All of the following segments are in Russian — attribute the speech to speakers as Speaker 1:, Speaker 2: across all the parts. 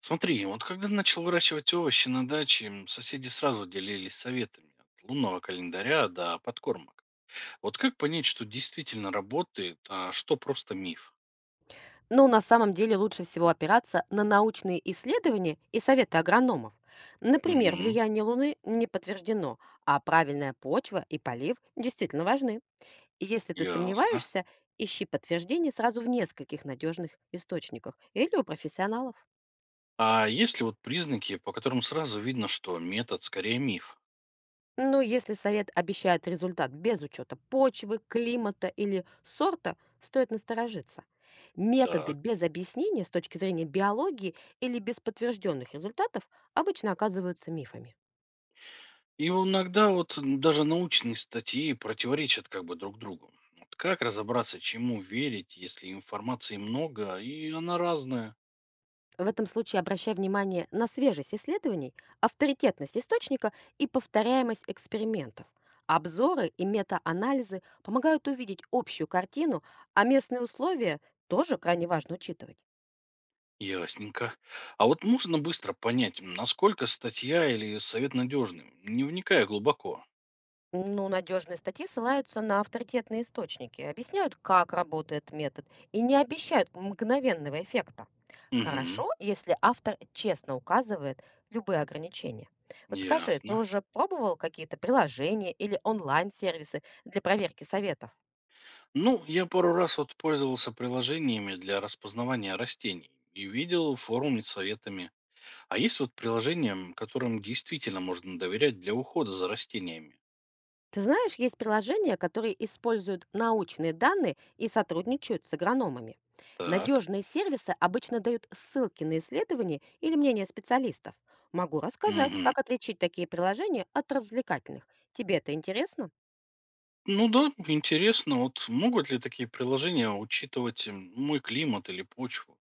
Speaker 1: Смотри, вот когда начал выращивать овощи на даче, соседи сразу делились советами от лунного календаря до подкормок. Вот как понять, что действительно работает, а что просто миф?
Speaker 2: Ну, на самом деле лучше всего опираться на научные исследования и советы агрономов. Например,
Speaker 1: Угу,
Speaker 2: влияние Луны не подтверждено, а правильная почва и полив действительно важны. Если ты
Speaker 1: ясно.
Speaker 2: сомневаешься, ищи подтверждение сразу в нескольких надежных источниках или у профессионалов.
Speaker 1: А есть ли вот признаки, по которым сразу видно, что метод скорее миф?
Speaker 2: Ну, если совет обещает результат без учета почвы, климата или сорта, стоит насторожиться. Методы
Speaker 1: Так.
Speaker 2: без объяснения с точки зрения биологии или без подтвержденных результатов обычно оказываются мифами.
Speaker 1: И вот иногда даже научные статьи противоречат как бы друг другу. Вот как разобраться, чему верить, если информации много и она разная?
Speaker 2: В этом случае обращай внимание на свежесть исследований, авторитетность источника и повторяемость экспериментов. Обзоры и метаанализы помогают увидеть общую картину, а местные условия тоже крайне важно учитывать.
Speaker 1: Ясненько. А вот можно быстро понять, насколько статья или совет надежны, не вникая глубоко?
Speaker 2: Ну, надежные статьи ссылаются на авторитетные источники, объясняют, как работает метод, и не обещают мгновенного эффекта.
Speaker 1: Угу,
Speaker 2: Хорошо, если автор честно указывает любые ограничения. Вот скажи, ты
Speaker 1: ясно.
Speaker 2: уже пробовал какие-то приложения или онлайн-сервисы для проверки советов?
Speaker 1: Ну, я пару раз вот пользовался приложениями для распознавания растений и видел форум с советами. А есть вот приложения, которым действительно можно доверять для ухода за растениями?
Speaker 2: Ты знаешь, есть приложения, которые используют научные данные и сотрудничают с агрономами.
Speaker 1: Так.
Speaker 2: Надежные сервисы обычно дают ссылки на исследования или мнения специалистов. Могу рассказать,
Speaker 1: Угу.
Speaker 2: как отличить такие приложения от развлекательных. Тебе это интересно?
Speaker 1: Ну да, интересно, вот могут ли такие приложения учитывать мой климат или почву?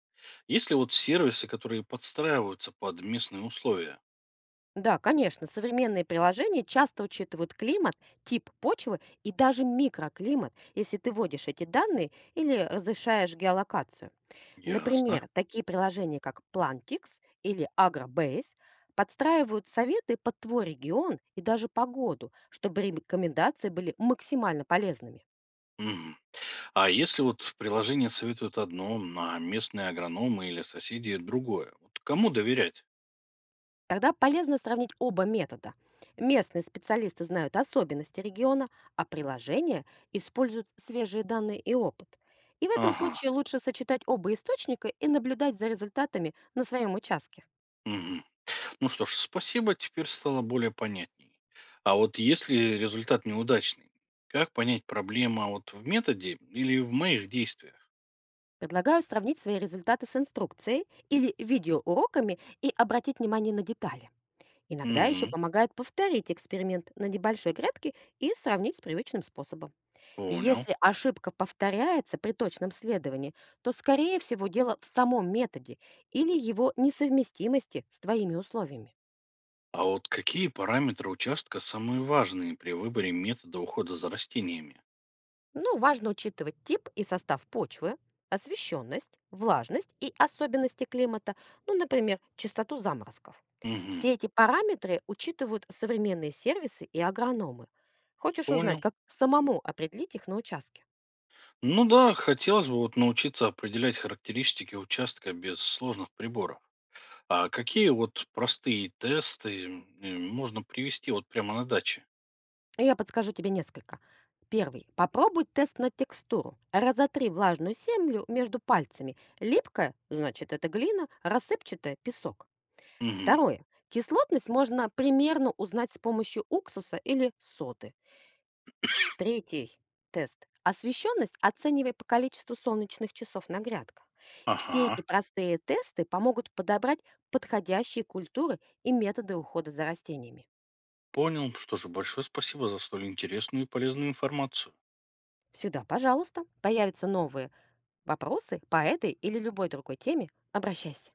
Speaker 1: Есть ли вот сервисы, которые подстраиваются под местные условия?
Speaker 2: Да, конечно, современные приложения часто учитывают климат, тип почвы и даже микроклимат, если ты вводишь эти данные или разрешаешь геолокацию.
Speaker 1: Ясно.
Speaker 2: Например, такие приложения, как Plantix или AgroBase, подстраивают советы под твой регион и даже погоду, чтобы рекомендации были максимально полезными.
Speaker 1: Мгм. А если вот приложение советует одно, а местные агрономы или соседи другое? Вот кому доверять?
Speaker 2: Тогда полезно сравнить оба метода. Местные специалисты знают особенности региона, а приложения используют свежие данные и опыт. И в этом
Speaker 1: Ага,
Speaker 2: случае лучше сочетать оба источника и наблюдать за результатами на своем участке.
Speaker 1: мгм. Ну что ж, спасибо, теперь стало более понятней. А вот если результат неудачный, как понять, проблема вот в методе или в моих действиях?
Speaker 2: Предлагаю сравнить свои результаты с инструкцией или видеоуроками и обратить внимание на детали. Иногда еще
Speaker 1: Угу.
Speaker 2: помогает повторить эксперимент на небольшой грядке и сравнить с привычным способом. И
Speaker 1: Понял.
Speaker 2: если ошибка повторяется при точном следовании, то, скорее всего, дело в самом методе или его несовместимости с твоими условиями.
Speaker 1: А вот какие параметры участка самые важные при выборе метода ухода за растениями?
Speaker 2: Ну, важно учитывать тип и состав почвы, освещенность, влажность и особенности климата, ну, например, частоту заморозков.
Speaker 1: Мгм,
Speaker 2: Все эти параметры учитывают современные сервисы и агрономы. Хочешь узнать,
Speaker 1: понял.
Speaker 2: как самому определить их на участке?
Speaker 1: Ну да, хотелось бы вот научиться определять характеристики участка без сложных приборов. А какие вот простые тесты можно привести вот прямо на даче?
Speaker 2: Я подскажу тебе несколько. Первый, попробуй тест на текстуру. Разотри влажную землю между пальцами. Липкая – значит это глина, рассыпчатая – песок.
Speaker 1: Мгм,
Speaker 2: Второе, кислотность можно примерно узнать с помощью уксуса или соды. Третий тест. Освещенность оценивай по количеству солнечных часов на грядках. Все
Speaker 1: ага,
Speaker 2: эти простые тесты помогут подобрать подходящие культуры и методы ухода за растениями.
Speaker 1: понял. Что же, большое спасибо за столь интересную и полезную информацию.
Speaker 2: Сюда, пожалуйста, появятся новые вопросы по этой или любой другой теме обращайся.